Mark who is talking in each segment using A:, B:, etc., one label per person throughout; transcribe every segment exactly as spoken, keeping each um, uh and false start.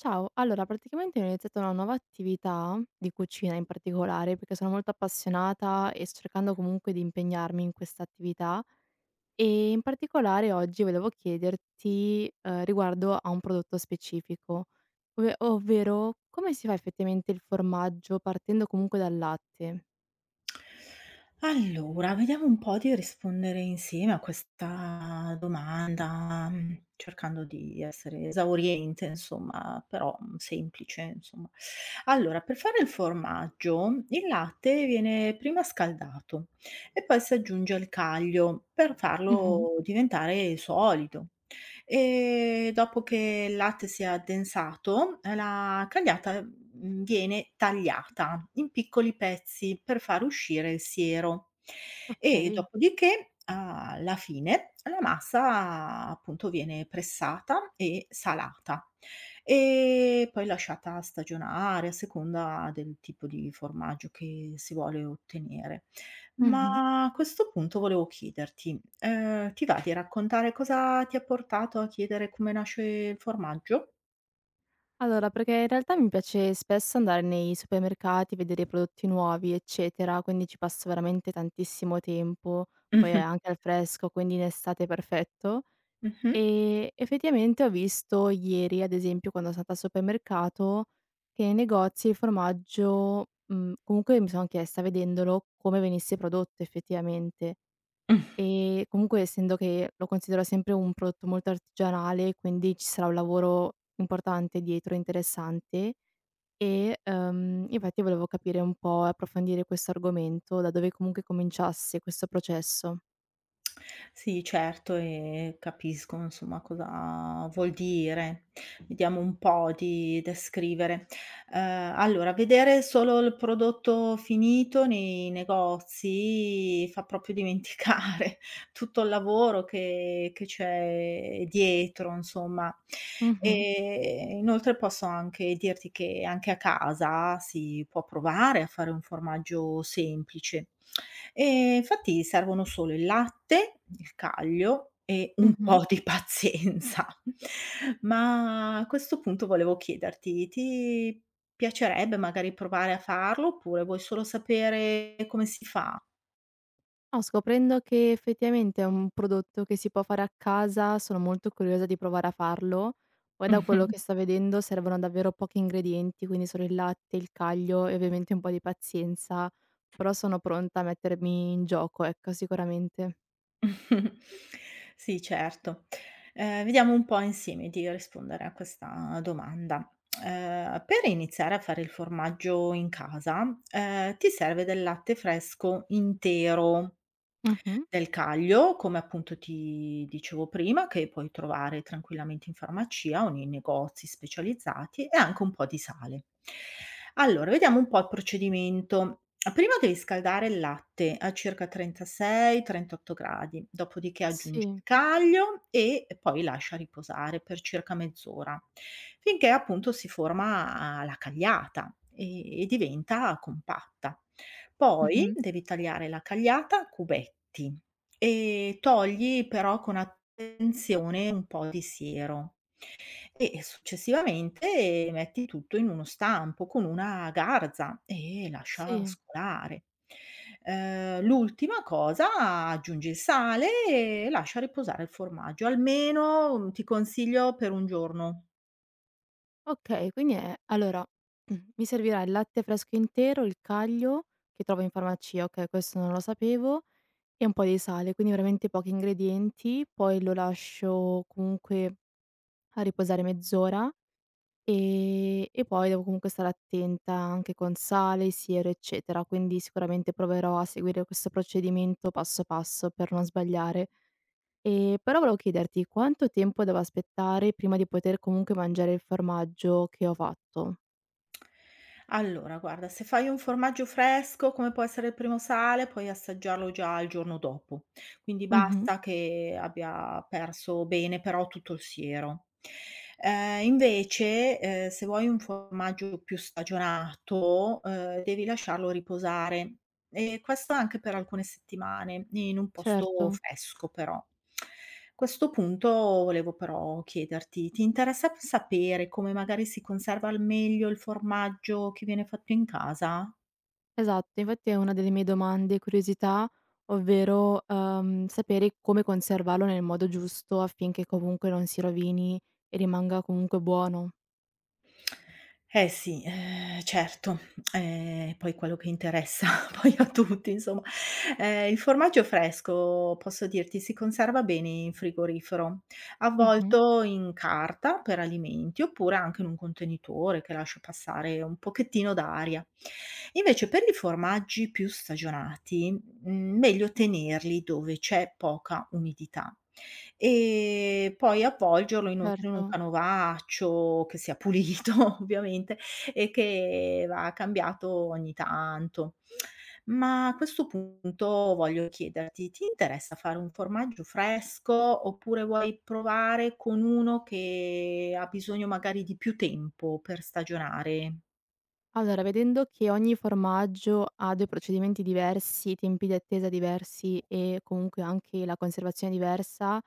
A: Ciao, allora praticamente ho iniziato una nuova attività di cucina, in particolare perché sono molto appassionata e sto cercando comunque di impegnarmi in questa attività. E in particolare oggi volevo chiederti eh, riguardo a un prodotto specifico, ov- ovvero come si fa effettivamente il formaggio partendo comunque dal latte?
B: Allora, vediamo un po' di rispondere insieme a questa domanda, mhmm, cercando di essere esauriente insomma, però, mhmm, semplice insomma. Allora, per fare il formaggio, il latte viene prima scaldato e poi si aggiunge il caglio per
A: Mhm.
B: farlo diventare solido. Ehm, dopo che il latte si è addensato, ehm, la cagliata, mhmm, viene tagliata in piccoli pezzi per far uscire il siero e
A: Ok.
B: dopodiché, alla fine, la massa appunto viene pressata e salata e poi lasciata stagionare a seconda del tipo di formaggio che si vuole ottenere.
A: Mhm.
B: Ma a questo punto volevo chiederti, ehm, ti va di raccontare cosa ti ha portato a chiedere come nasce il formaggio?
A: Allora, perché in realtà mi piace spesso andare nei supermercati, vedere i prodotti nuovi, eccetera, quindi ci passo veramente tantissimo tempo, poi è
B: Mh-mh.
A: anche al fresco, quindi in estate è perfetto.
B: Mh-mh.
A: E effettivamente ho visto ieri, ad esempio, quando sono andata al supermercato, che nei negozi il formaggio, mh, comunque mi sono chiesta vedendolo come venisse prodotto effettivamente.
B: Mh.
A: Ehm, comunque essendo che lo considero sempre un prodotto molto artigianale, quindi ci sarà un lavoro importante dietro, interessante e, uhm, infatti volevo capire un po' e approfondire questo argomento, da dove comunque cominciasse questo processo.
B: Sì, certo, e capisco insomma cosa vuol dire. Vediamo un po' di descrivere. Ehm, allora, vedere solo il prodotto finito nei negozi fa proprio dimenticare tutto il lavoro che che c'è dietro, insomma.
A: Mh-mh,
B: E inoltre posso anche dirti che anche a casa si può provare a fare un formaggio semplice. E infatti servono solo il latte, il caglio e un
A: mh-mh.
B: po' di pazienza. Ma a questo punto volevo chiederti: ti piacerebbe magari provare a farlo oppure vuoi solo sapere come si fa?
A: No, scoprendo che effettivamente è un prodotto che si può fare a casa, sono molto curiosa di provare a farlo. Poi da quello che sto vedendo servono davvero pochi ingredienti, quindi solo il latte, il caglio e ovviamente un po' di pazienza, però sono pronta a mettermi in gioco, ecco, sicuramente.
B: Sì, certo. Ehm, vediamo un po' insieme di rispondere a questa domanda. Ehm, per iniziare a fare il formaggio in casa, ehm, ti serve del latte fresco intero,
A: Mh-mh.
B: del caglio, come appunto ti dicevo prima, che puoi trovare tranquillamente in farmacia o nei negozi specializzati e anche un po' di sale. Allora, vediamo un po' il procedimento. Prima devi scaldare il latte a circa trentasei trentotto gradi, dopodiché aggiungi il
A: Sì.
B: caglio e poi lascia riposare per circa mezz'ora, finché appunto si forma la cagliata e e diventa compatta. Poi
A: Mh-mh.
B: devi tagliare la cagliata a cubetti e togli però con attenzione un po' di siero e successivamente metti tutto in uno stampo con una garza e lascia
A: Sì.
B: scolare. Ehm, l'ultima cosa, aggiungi il sale e lascia riposare il formaggio. Almeno, mhmm, ti consiglio per un giorno.
A: Okay, quindi è allora, mi servirà il latte fresco intero, il caglio che trovo in farmacia, okay, questo non lo sapevo. E un po' di sale, quindi veramente pochi ingredienti, poi lo lascio comunque a riposare mezz'ora, ehm, e poi devo comunque stare attenta anche con sale, siero, eccetera, quindi sicuramente proverò a seguire questo procedimento passo passo per non sbagliare. Ehm, però volevo chiederti, quanto tempo devo aspettare prima di poter comunque mangiare il formaggio che ho fatto?
B: Allora, guarda, se fai un formaggio fresco, come può essere il primo sale, puoi assaggiarlo già il giorno dopo. Quindi
A: Mh-mh,
B: basta che abbia perso bene però tutto il siero. Ehm, invece, ehm, se vuoi un formaggio più stagionato, ehm, devi lasciarlo riposare e questo anche per alcune settimane, in un posto
A: certo.
B: fresco però. Questo punto volevo però chiederti: ti interessa p sapere come magari si conserva al meglio il formaggio che viene fatto in casa?
A: Esatto, infatti è una delle mie domande e curiosità, ovvero, uhm, sapere come conservarlo nel modo giusto affinché comunque non si rovini e rimanga comunque buono.
B: Eh sì, ehm, certo, ehm, poi quello che interessa poi a tutti insomma. Ehm, il formaggio fresco, posso dirti, si conserva bene in frigorifero,
A: Mh-mh,
B: avvolto in carta per alimenti, oppure anche in un contenitore che lascia passare un pochettino d'aria. Invece per i formaggi più stagionati, mhmm, meglio tenerli dove c'è poca umidità. E poi avvolgerlo inoltre in un
A: certo.
B: canovaccio che sia pulito ovviamente e che va cambiato ogni tanto. Ma a questo punto voglio chiederti: ti interessa fare un formaggio fresco oppure vuoi provare con uno che ha bisogno magari di più tempo per stagionare?
A: Allora, vedendo che ogni formaggio ha due procedimenti diversi, tempi di attesa diversi e comunque anche la conservazione diversa,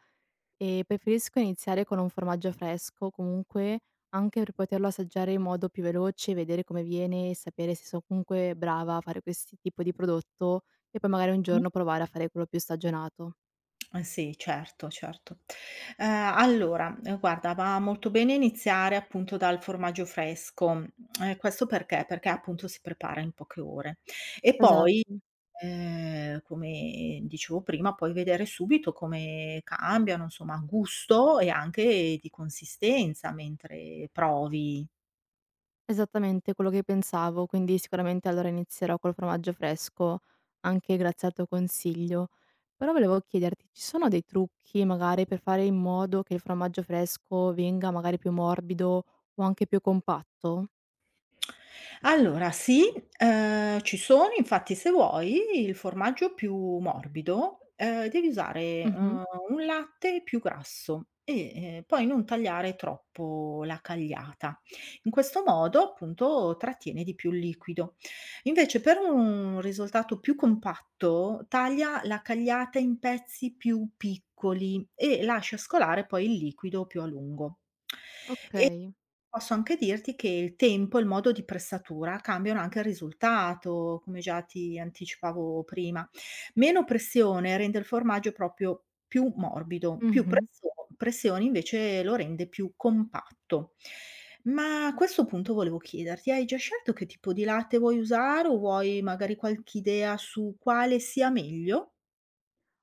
A: ehm, preferisco iniziare con un formaggio fresco comunque, anche per poterlo assaggiare in modo più veloce, vedere come viene e sapere se so comunque brava a fare questi tipo di prodotto e poi magari un
B: Mh?
A: giorno provare a fare quello più stagionato.
B: Eh sì, certo, certo. Ehm, allora, ehm, guarda, va molto bene iniziare appunto dal formaggio fresco, mhmm, ehm, questo perché? Perché appunto si prepara in poche ore. E poi,
A: Esatto.
B: ehm, come dicevo prima, puoi vedere subito come cambiano, insomma, gusto e anche di consistenza mentre provi.
A: Esattamente quello che pensavo, quindi sicuramente allora inizierò col formaggio fresco, anche grazie al tuo consiglio. Però volevo chiederti, ci sono dei trucchi magari per fare in modo che il formaggio fresco venga magari più morbido o anche più compatto?
B: Allora sì, ehm, ci sono, infatti se vuoi il formaggio più morbido, ehm, devi usare,
A: Mh-mh,
B: uhm, un latte più grasso e, ehm, poi non tagliare troppo la cagliata. In questo modo appunto trattiene di più il liquido. Invece per un risultato più compatto, taglia la cagliata in pezzi più piccoli e lascia scolare poi il liquido più a lungo.
A: okay.
B: Posso anche dirti che il tempo, il modo di pressatura cambiano anche il risultato, come già ti anticipavo prima. Meno pressione rende il formaggio proprio più morbido, più presso
A: Mh-mh.
B: pressione invece lo rende più compatto. Ma a questo punto volevo chiederti, hai già scelto che tipo di latte vuoi usare o vuoi magari qualche idea su quale sia meglio?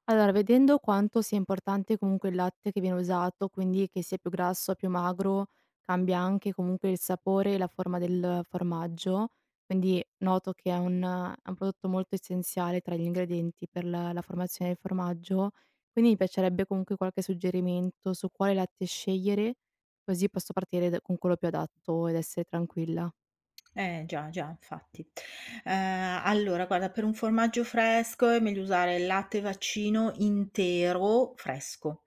A: Allora, vedendo quanto sia importante comunque il latte che viene usato, quindi che sia più grasso o più magro, cambia anche comunque il sapore e la forma del formaggio, quindi noto che è un, è un prodotto molto essenziale tra gli ingredienti per la, la formazione del formaggio, quindi mi piacerebbe comunque qualche suggerimento su quale latte scegliere, così posso partire da- con quello più adatto ed essere tranquilla.
B: Eh già, già, infatti. Ehm, allora guarda, per un formaggio fresco è meglio usare il latte vaccino intero fresco.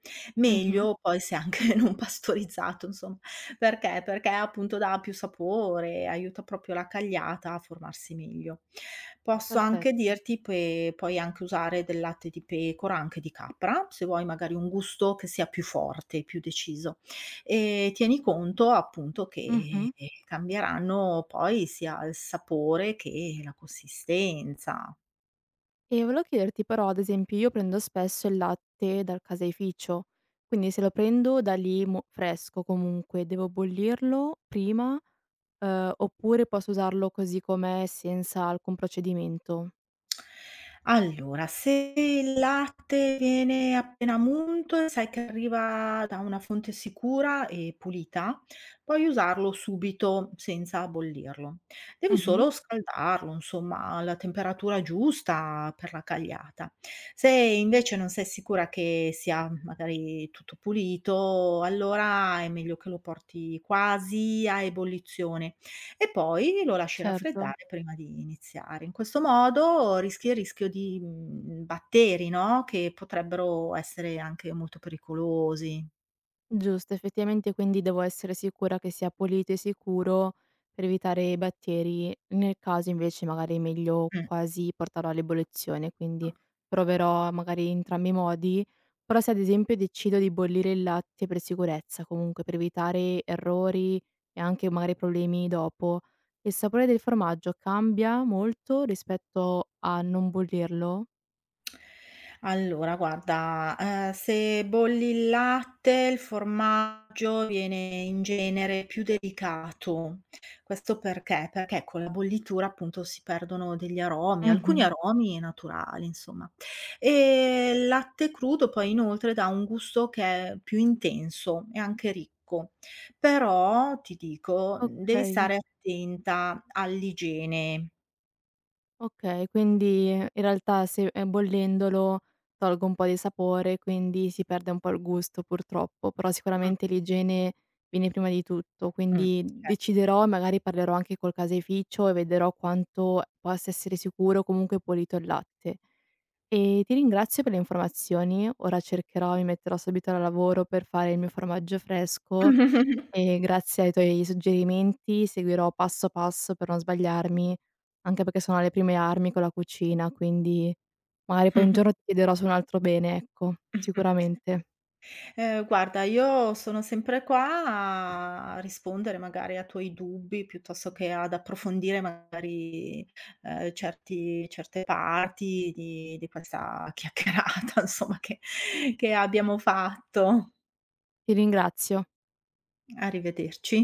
A: Mhm.
B: Meglio poi se anche non pastorizzato insomma. Perché? Perché appunto dà più sapore, aiuta proprio la cagliata a formarsi meglio. Posso anche
A: Perfetto.
B: dirti pe puoi anche usare del latte di pecora, anche di capra, se vuoi magari un gusto che sia più forte, più deciso. Ehm, tieni conto appunto che,
A: Mhm.
B: ehm, cambieranno poi sia il sapore che la consistenza.
A: E volevo chiederti però, ad esempio, io prendo spesso il latte dal caseificio, quindi se lo prendo da lì mo fresco comunque, devo bollirlo prima, uhm, oppure posso usarlo così com'è senza alcun procedimento?
B: Allora, se il latte viene appena munto e sai che arriva da una fonte sicura e pulita, puoi usarlo subito senza bollirlo. Devi
A: Mh-mh,
B: solo scaldarlo, insomma, alla temperatura giusta per la cagliata. Se invece non sei sicura che sia magari tutto pulito, allora è meglio che lo porti quasi a ebollizione e poi lo lasci
A: certo.
B: raffreddare prima di iniziare. In questo modo rischi il rischio di, mhmm, batteri, no, che potrebbero essere anche molto pericolosi.
A: Giusto, effettivamente quindi devo essere sicura che sia pulito e sicuro per evitare i batteri. Nel caso invece magari è meglio
B: Mh,
A: quasi portarlo all'ebollizione,
B: mh.
A: quindi proverò magari entrambi i modi, però se ad esempio decido di bollire il latte per sicurezza, comunque per evitare errori e anche magari problemi dopo, il sapore del formaggio cambia molto rispetto a non bollirlo?
B: Allora guarda, ehm, se bolli il latte, il formaggio viene in genere più delicato. Questo perché? Perché con la bollitura appunto si perdono degli aromi, alcuni
A: Mh-mh.
B: aromi naturali insomma. Ehm, il latte crudo poi inoltre dà un gusto che è più intenso e anche ricco. Però ti dico, mhmm, devi
A: Ok.
B: stare attenta all'igiene.
A: Okay, quindi ehm, in realtà se ehm, bollendolo tolgo un po' di sapore, quindi si perde un po' il gusto purtroppo, però sicuramente l'igiene viene prima di tutto,
B: Mh, mh,
A: quindi
B: ce
A: deciderò e magari parlerò anche col caseificio e vedrò quanto possa essere sicuro o comunque pulito il latte. E ti ringrazio per le informazioni. Ora cercherò, mi metterò subito al lavoro per fare il mio formaggio fresco e grazie ai tuoi suggerimenti seguirò passo passo per non sbagliarmi, anche perché sono alle prime armi con la cucina, quindi magari poi un giorno ti chiederò su un altro bene, ecco, sicuramente.
B: Ehm, guarda, io sono sempre qua a rispondere magari a tuoi dubbi, piuttosto che ad approfondire magari, ehm, certi certe parti di di questa chiacchierata insomma che che abbiamo fatto.
A: Ti ringrazio.
B: Arrivederci.